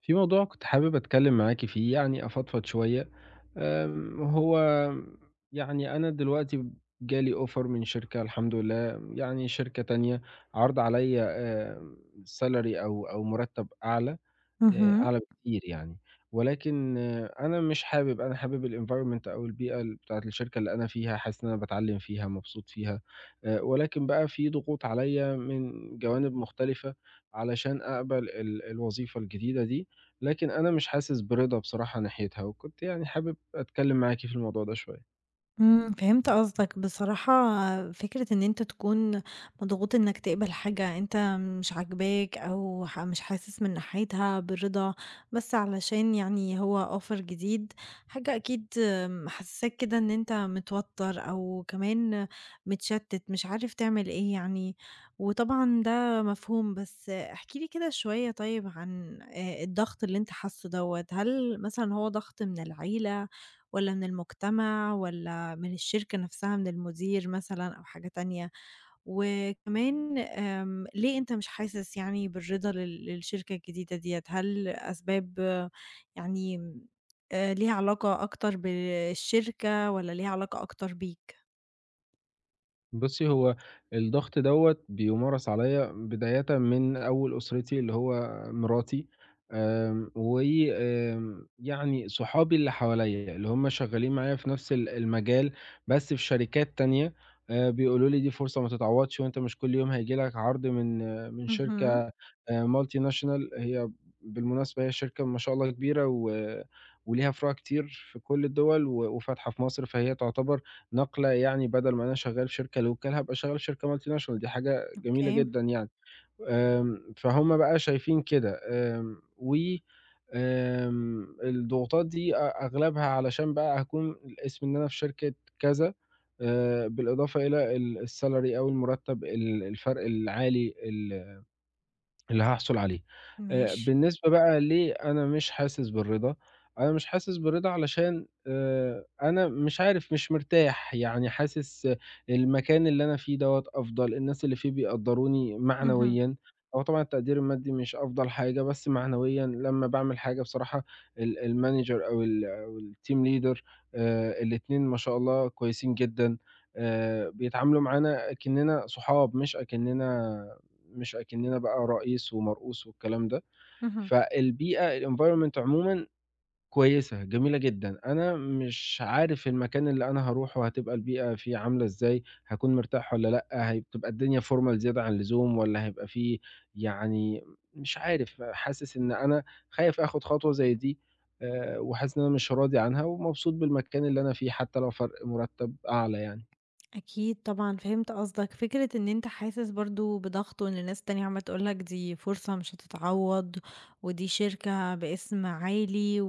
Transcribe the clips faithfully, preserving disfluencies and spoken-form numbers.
في موضوع كنت حابب أتكلم معاكِ فيه، يعني أفضفض شوية. آمم، هو يعني أنا دلوقتي جالي offer من شركة الحمد لله، يعني شركة تانية، عرض عليَّ آآ salary أو أو مرتب أعلى. آآ اهم. أعلى بكتير يعني، ولكن آه، أنا مش حابب، أنا حابب الenvironment أو البيئة ال بتاعة الشركة اللي أنا فيها، حاسس إن أنا باتعلم فيها، مبسوط فيها، آآ ولكن بقى في ضغوط عليّا من جوانب مختلفة علشان أقبل ال الوظيفة الجديدة دي، لكن أنا مش حاسس برضا بصراحة ناحيتها، وكنت يعني حابب أتكلم معاكِ في الموضوع ده شوية. إمم، فهمت قصدك. بصراحة فكرة إن أنت تكون مضغوط إنك تقبل حاجة أنت مش عاجباك أو ح مش حاسس من ناحيتها بالرضا، بس علشان يعني هو offer جديد، حاجة أكيد محسساك كده إن أنت متوتر أو كمان متشتت مش عارف تعمل إيه يعني، وطبعًا ده مفهوم. بس احكِ لي كده شوية طيب عن آآ الضغط اللي أنت حاسه دوّة، هل مثلًا هو ضغط من العيلة والّا من المجتمع والّا من الشركة نفسها، من المدير مثلًا أو حاجة تانية؟ وكمان آمم، ليه أنت مش حاسس يعني بالرضا لل للشركة الجديدة ديّة؟ هل أسباب آه، يعني آآ، ليها علاقة أكتر بالشركة والّا ليها علاقة أكتر بيك؟ بُصّي، هو الضغط دوّة بيُمارس عليَّ بدايةً من أول أسرتي اللي هو مراتي، آمم، و آمم، يعني صحابي اللي حواليّا اللي هُم شغالين معايا في نفس ال المجال بس في شركات تانية، آآ، بيقولوا لي دي فرصة ما تتعوضش وأنت مش كل يوم هييجي لك عرض من من شركة اهم، آآ multinational. هي بالمناسبة هي شركة ما شاء الله كبيرة و وليها فروع كتير في كل الدول و وفاتحة في مصر، فهي تعتبر نقلة يعني بدل ما أنا شغّال في شركة local هابقى شغّال في شركة multinational. دي حاجة جميلة أوكي، جدًا يعني. آمم، فهُم بقى شايفين كده، آمم، و آمم، الضغوطات دي أ أغلبها علشان بقى هاكون الاسم إن أنا في شركة كذا، آآ، بالإضافة إلى ال الsalary أو المرتب ال الفرق العالي ال اللي هاحصل عليه. آآ ماشي، بالنسبة بقى ليه أنا مش حاسس بالرضا، أنا مش حاسس بالرضا علشان آآ أنا مش عارف، مش مرتاح، يعني حاسس آه، المكان اللي أنا فيه دوّة أفضل، الناس اللي فيه بيقدّروني اهم، معنويًا، هو طبعًا التقدير المادي مش أفضل حاجة، بس معنويًا لمّا باعمل حاجة بصراحة ال الmanager أو ال أو الteam leader، آآ الاتنين ما شاء الله كويسين جدًا، آآ بيتعاملوا معانا أكننا صحاب، مش أكننا مش أكننا بقى رئيس ومرؤوس والكلام ده، اهم. فالبيئة الenvironment عمومًا كويسة، جميلة جدًا، أنا مش عارف المكان اللي أنا هاروحه هتبقى البيئة فيه عاملة إزاي، هاكون مرتاح والّا لأ، هتبقى الدنيا formal زيادة عن اللزوم والّا هيبقى في يعني مش عارف، حاسس إن أنا خايف آخُد خطوة زي دي، آآ، وحاسس إن أنا مش راضي عنها ومبسوط بالمكان اللي أنا فيه حتى لو فرق مُرتّب أعلى يعني. أكيد طبعًا فهمت قصدك. فكرة إن أنت حاسس برضه بضغط وإن ناس تانية عمّالة تقول لك دي فرصة مش هتتعوّض، ودي شركة باسم عالي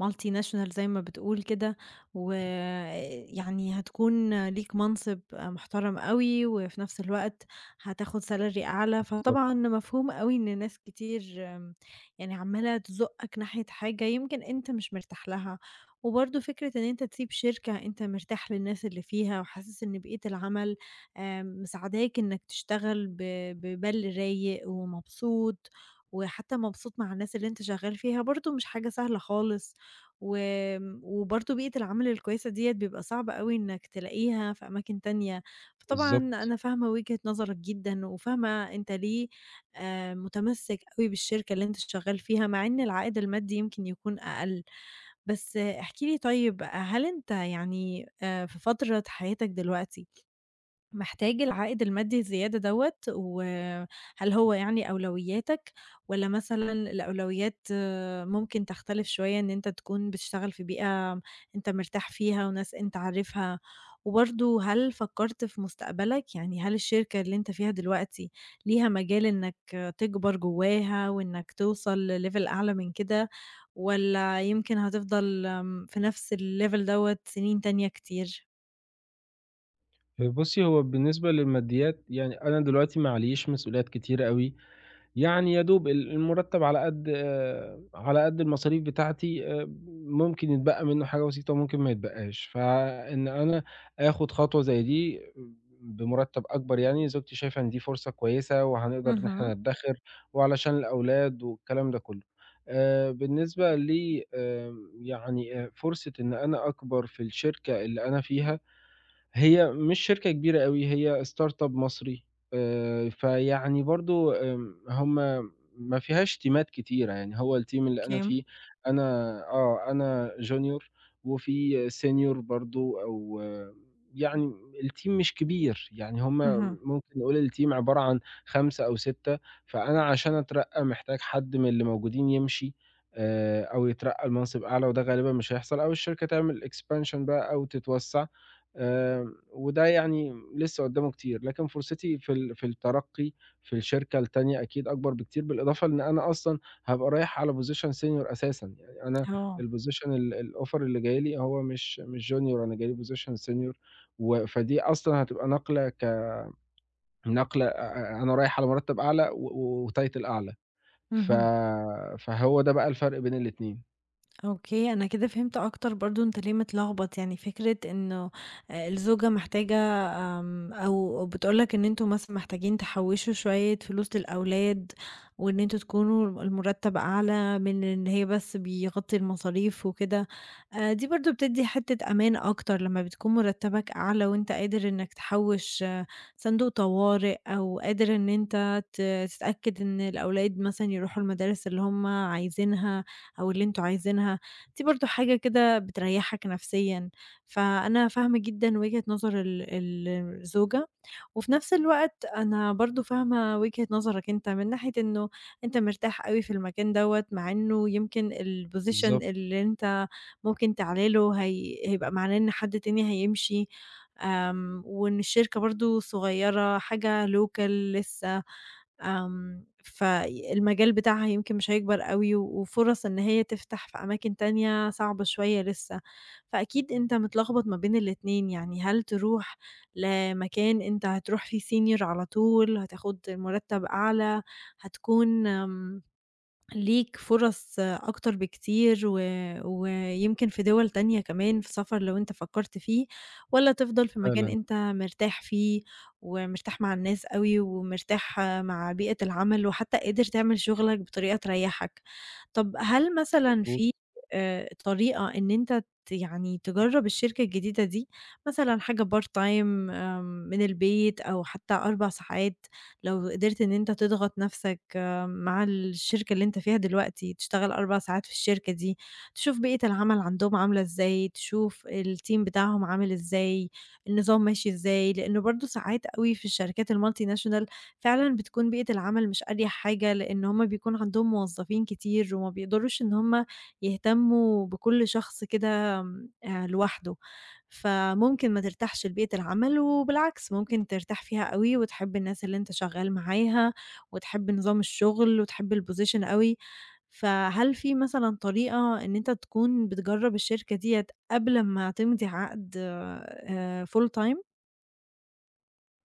وmultinational زي ما بتقول كده، ويعني هتكون ليك منصب محترم أوي، وفي نفس الوقت هتاخد salary أعلى، بالضبط، فطبعًا مفهوم أوي إن ناس كتير آمم، يعني عمّالة تزُقّك ناحية حاجة يمكن أنت مش مرتاح لها. وبرضه فكرة إن أنت تسيب شركة أنت مرتاح للناس اللي فيها وحاسس إن بيئة العمل آآ، مساعداك إنك تشتغل ب ببال رايق ومبسوط، وحتى مبسوط مع الناس اللي أنت شغال فيها، برضه مش حاجة سهلة خالص. وآمم، وبرضه بيئة العمل الكويسة ديّة بيبقى صعب أوي إنك تلاقيها في أماكن تانية. فطبعًا بالضبط. أنا فاهمة وجهة نظرك جدًا، وفاهمة أنت ليه آآ، متمسك أوي بالشركة اللي أنت شغال فيها، مع إن العائد المادي يمكن يكون أقل. بس احكِ لي طيب هل أنت يعني آآ في فترة حياتك دلوقتي، محتاج العائد المادي الزيادة دوّة، وهل هو يعني أولوياتك والّا مثلًا الأولويات آه، ممكن تختلف شوية إن أنت تكون بتشتغل في بيئة أنت مرتاح فيها وناس أنت عارفها. وبرضه هل فكّرت في مستقبلك؟ يعني هل الشركة اللي أنت فيها دلوقتي ليها مجال إنك آه، تكبر جواها وإنك توصل لlevel أعلى من كده، والّا يمكن هتفضل آمم، في نفس الlevel دوّة سنين تانية كتير؟ بُصّي، هو بالنسبة للماديات، يعني أنا دلوقتي معلييش مسؤوليات كتيرة أوي، يعني يا دوب ال المُرتّب على قد آه، على قد المصاريف بتاعتي، آآ ممكن يتبقى منّه حاجة بسيطة وممكن ما يتبقاش، فإن أنا آخُد خطوة زي دي بمُرتّب أكبر يعني، زوجتي شايفة إن دي فرصة كويسة وهنقدر إن إحنا اهم، نَدّخِر وعلشان الأولاد والكلام ده كُلّه. آآ بالنسبة لي آمم يعني آآ فرصة إن أنا أكبر في الشركة اللي أنا فيها، هي مش شركة كبيرة أوي، هي startup مصري، آآ، فيعني برضه آمم، هم ما فيهاش تيمات كتيرة، يعني هو الteam اللي أنا أوكي، فيه، أنا آه، أنا junior وفي senior برضه أو آه، يعني الteam مش كبير، يعني هم اهم. ممكن نقول الteam عبارة عن خمسة أو ستة. فأنا عشان أترقى محتاج حد من اللي موجودين يمشي، آآ، أو يترقى لمنصب أعلى وده غالبًا مش هيحصل، أو الشركة تعمل expansion بقى أو تتوسع، آآ وده يعني لسه قدّامه كتير، لكن فرصتي في ال في الترقّي في الشركة التانية أكيد أكبر بكتير، بالإضافة إن أنا أصلًا هابقى رايح على position senior أساسًا، يعني أنا آه، الposition ال الoffer اللي جاي لي هو مش مش junior، أنا جاي لي position senior، و فدي أصلًا هتبقى نقلة ك نقلة أ أ أنا رايح على مرتّب أعلى و و وtitle أعلى، ف اهم، فهو ده بقى الفرق بين الاتنين. أوكي. أنا كده فهمت أكتر برضه أنت ليه متلخبط، يعني فكرة إنه آآ الزوجة محتاجة آمم أو بتقول لك إن أنتم مثلًا محتاجين تحوّشوا شوية فلوس للأولاد، وإن أنتم تكونوا المرتب أعلى من إن هي بس بيغطي المصاريف وكده. آآ دي برضه بتدّي حتة أمان أكتر لمّا بتكون مرتبك أعلى وأنت قادر إنك تحوّش آه، صندوق طوارئ، أو قادر إن أنت ت تتأكد إن الأولاد مثلًا يروحوا المدارس اللي هُم عايزينها. أو اللي أنتم عايزينها. دي برضه حاجة كده بتريّحك نفسيًا. فأنا فاهمة جدًا وجهة نظر ال ال الزوجة، وفي نفس الوقت أنا برضه فاهمة وجهة نظرك أنت من ناحية إنه أنت مرتاح أوي في المكان دوّة، مع إنه يمكن الposition بالضبط، اللي أنت ممكن تعلى له هي هيبقى معناه إن حد تاني هيمشي. آمم، وإن الشركة برضه صغيرة، حاجة local لسه. آمم، فالمجال بتاعها يمكن مش هيكبر أوي، وفُرَص إن هي تفتح في أماكن تانية صعبة شوية لسه. فأكيد أنت متلخبط ما بين الاتنين، يعني هل تروح لمكان أنت هتروح فيه senior على طول، هتاخد مرتب أعلى، هتكون آمم ليك فرص أكتر بكتير و ويمكن في دول تانية كمان في سفر لو أنت فكّرت فيه، والّا تفضل في مكان فعلًا. أنت مرتاح فيه ومرتاح مع الناس أوي ومرتاح مع بيئة العمل وحتى قادر تعمل شغلك بطريقة تريّحك. طَب هل مثلًا في آآ طريقة إن أنت ت يعني تجرّب الشركة الجديدة دي، مثلًا حاجة part time آمم من البيت أو حتى أربع ساعات لو قدرت إن أنت تضغط نَفْسك؟ مع الشركة اللي أنت فيها دلوقتي، تشتغل أربع ساعات في الشركة دي، تشوف بيئة العمل عندهم عاملة إزاي، تشوف الteam بتاعهم عامل إزاي، النظام ماشي إزاي، لإنه برضه ساعات أوي في الشركات الmultinational فعلًا بتكون بيئة العمل مش أريح حاجة، لإن هُم بيكون عندهم موظفين كتير وما بيقدروش إن هُم يهتموا بكل شخص كده آمم، آآ، لوحده. فممكن ما ترتاحش لبيئة العمل وبالعكس ممكن ترتاح فيها أوي وتحب الناس اللي أنت شغال معاها. وتحب نظام الشغل وتحب الposition أوي. فهل في مثلًا طريقة إن أنت تكون بتجرّب الشركة ديّة قبل أمّا تمضي عقد آآ full time؟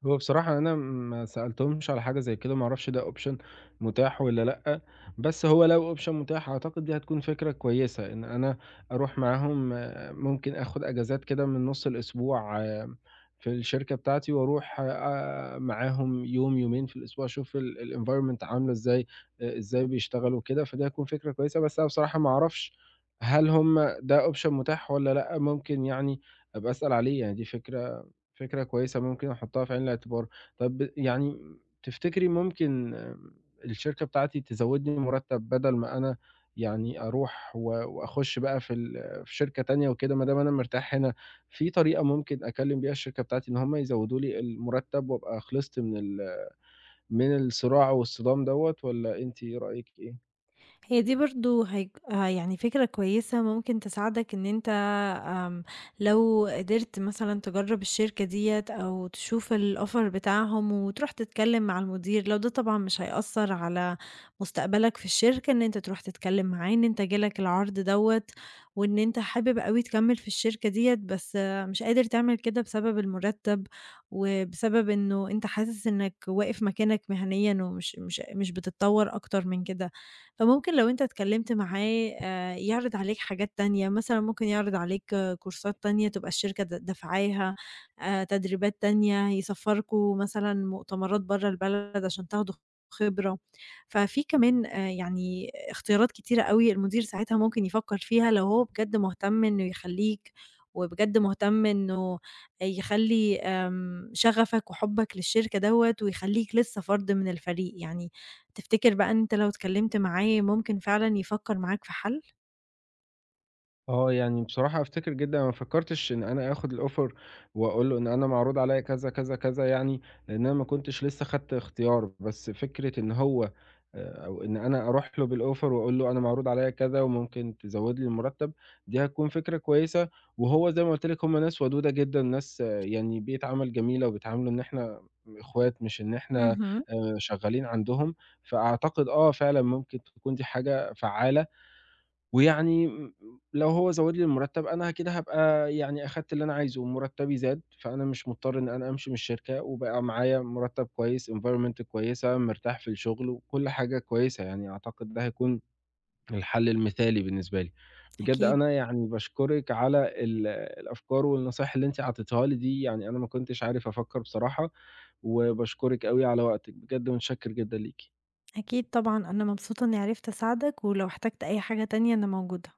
هو بصراحة أنا ما سألتهمش على حاجة زي كده، ما أعرفش ده option متاح والّا لأ، بس هو لو option متاح أعتقد دي هتكون فكرة كويسة، إن أنا أروح معاهم آه، ممكن آخد أجازات كده من نُص الأسبوع آه، في الشركة بتاعتي، وأروح آآ معاهم يوم، يومين في الأسبوع أشوف ال الenvironment عاملة إزاي، آآ إزاي بيشتغلوا كده، فدي هتكون فكرة كويسة، بس أنا بصراحة ما أعرفش هل هُم ده option متاح والّا لأ، ممكن يعني أبقى أسأل عليه، يعني دي فكرة فكرة كويسة ممكن أحطها في عين الاعتبار. طب يعني تفتكري ممكن آم، الشركة بتاعتي تزوّدني مرتّب بدل ما أنا يعني أروح و وأخُش بقى في ال في شركة تانية وكده، ما دام أنا مرتاح هنا، في طريقة ممكن أكلّم بيها الشركة بتاعتي إن هم يزوّدوا لي المرتّب وأبقى خلصت من ال من الصراع والصدام دوّة والّا أنتِ رأيِك إيه؟ هي دي برضه هيك ه يعني فكرة كويسة ممكن تساعدك إن أنت آمم، لو قدرت مثلًا تجرّب الشركة ديّة أو تشوف الoffer بتاعهم وتروح تتكلّم مع المدير، لو ده طبعًا مش هيأثّر على مستقبلك في الشركة، إن أنت تروح تتكلّم معاه إن أنت جالك العرض دوّة وإن أنت حابب أوي تكمّل في الشركة ديّة، بس آه، مش قادر تعمل كده بسبب المُرتّب وبسبب إنه أنت حاسس إنك واقف مكانك مهنيًا ومش مش مش بتتطوّر أكتر من كده. فممكن لو أنت اتكلمت معاه آآ يعرض عليك حاجات تانية، مثلًا ممكن يعرض عليك آه، كورسات تانية تبقى الشركة د دافعاها، آآ تدريبات تانية، يسفركم مثلًا مؤتمرات برّه البلد عشان تاخدوا خبرة. ففي كمان آآ يعني اختيارات كتيرة أوي المدير ساعتها ممكن يفكر فيها لو هو بجد مهتم إنه يخلّيك، وبجد مهتم إنه يخلّي آمم شغفك وحبك للشركة دوّة ويخلّيك لسه فرد من الفريق، يعني تفتكر بقى أنت لو اتكلمت معاه ممكن فعلًا يفكّر معاك في حل؟ آه، يعني بصراحة أفتكر جدًا أنا ما فكّرتش إن أنا آخُد الoffer وأقول له إن أنا معروض عليّا كذا، كذا، كذا يعني، لإن أنا ما كنتش لسه خدت اختيار، بس فكرة إن هو آآ أو إن أنا أروح له بالoffer وأقول له أنا معروض عليّا كذا وممكن تزوّد لي المُرتّب، دي هتكون فكرة كويسة. وهو زي ما قُلت لِك هم ناس ودودة جدًا، ناس آه، يعني بيئة عمل جميلة وبيتعاملوا إن إحنا إخوات مش إن إحنا اهم، آآ شغّالين عندهم، فأعتقد آه، فعلًا ممكن تكون دي حاجة فعّالة، ويعني م لو هو زوّد لي المرتّب أنا كده هابقى يعني أخدت اللي أنا عايزه ومرتّبي زاد، فأنا مش مضطر إن أنا أمشي من الشركة وبقى معايا مرتّب كويس، environment كويسة، مرتاح في الشغل وكل حاجة كويسة، يعني أعتقد ده هيكون الحل المثالي بالنسبة لي. بجد أكيد، أنا يعني باشكرِك على ال الأفكار والنصايح اللي أنتِ عطيتيها لي دي، يعني أنا ما كنتش عارف أفكّر بصراحة، وباشكرِك أوي على وقتِك، بجد متشكّر جدًا ليكِ. أكيد طبعًا. أنا مبسوطة إني عرفت أساعدك، ولو احتجت أي حاجة تانية أنا موجودة.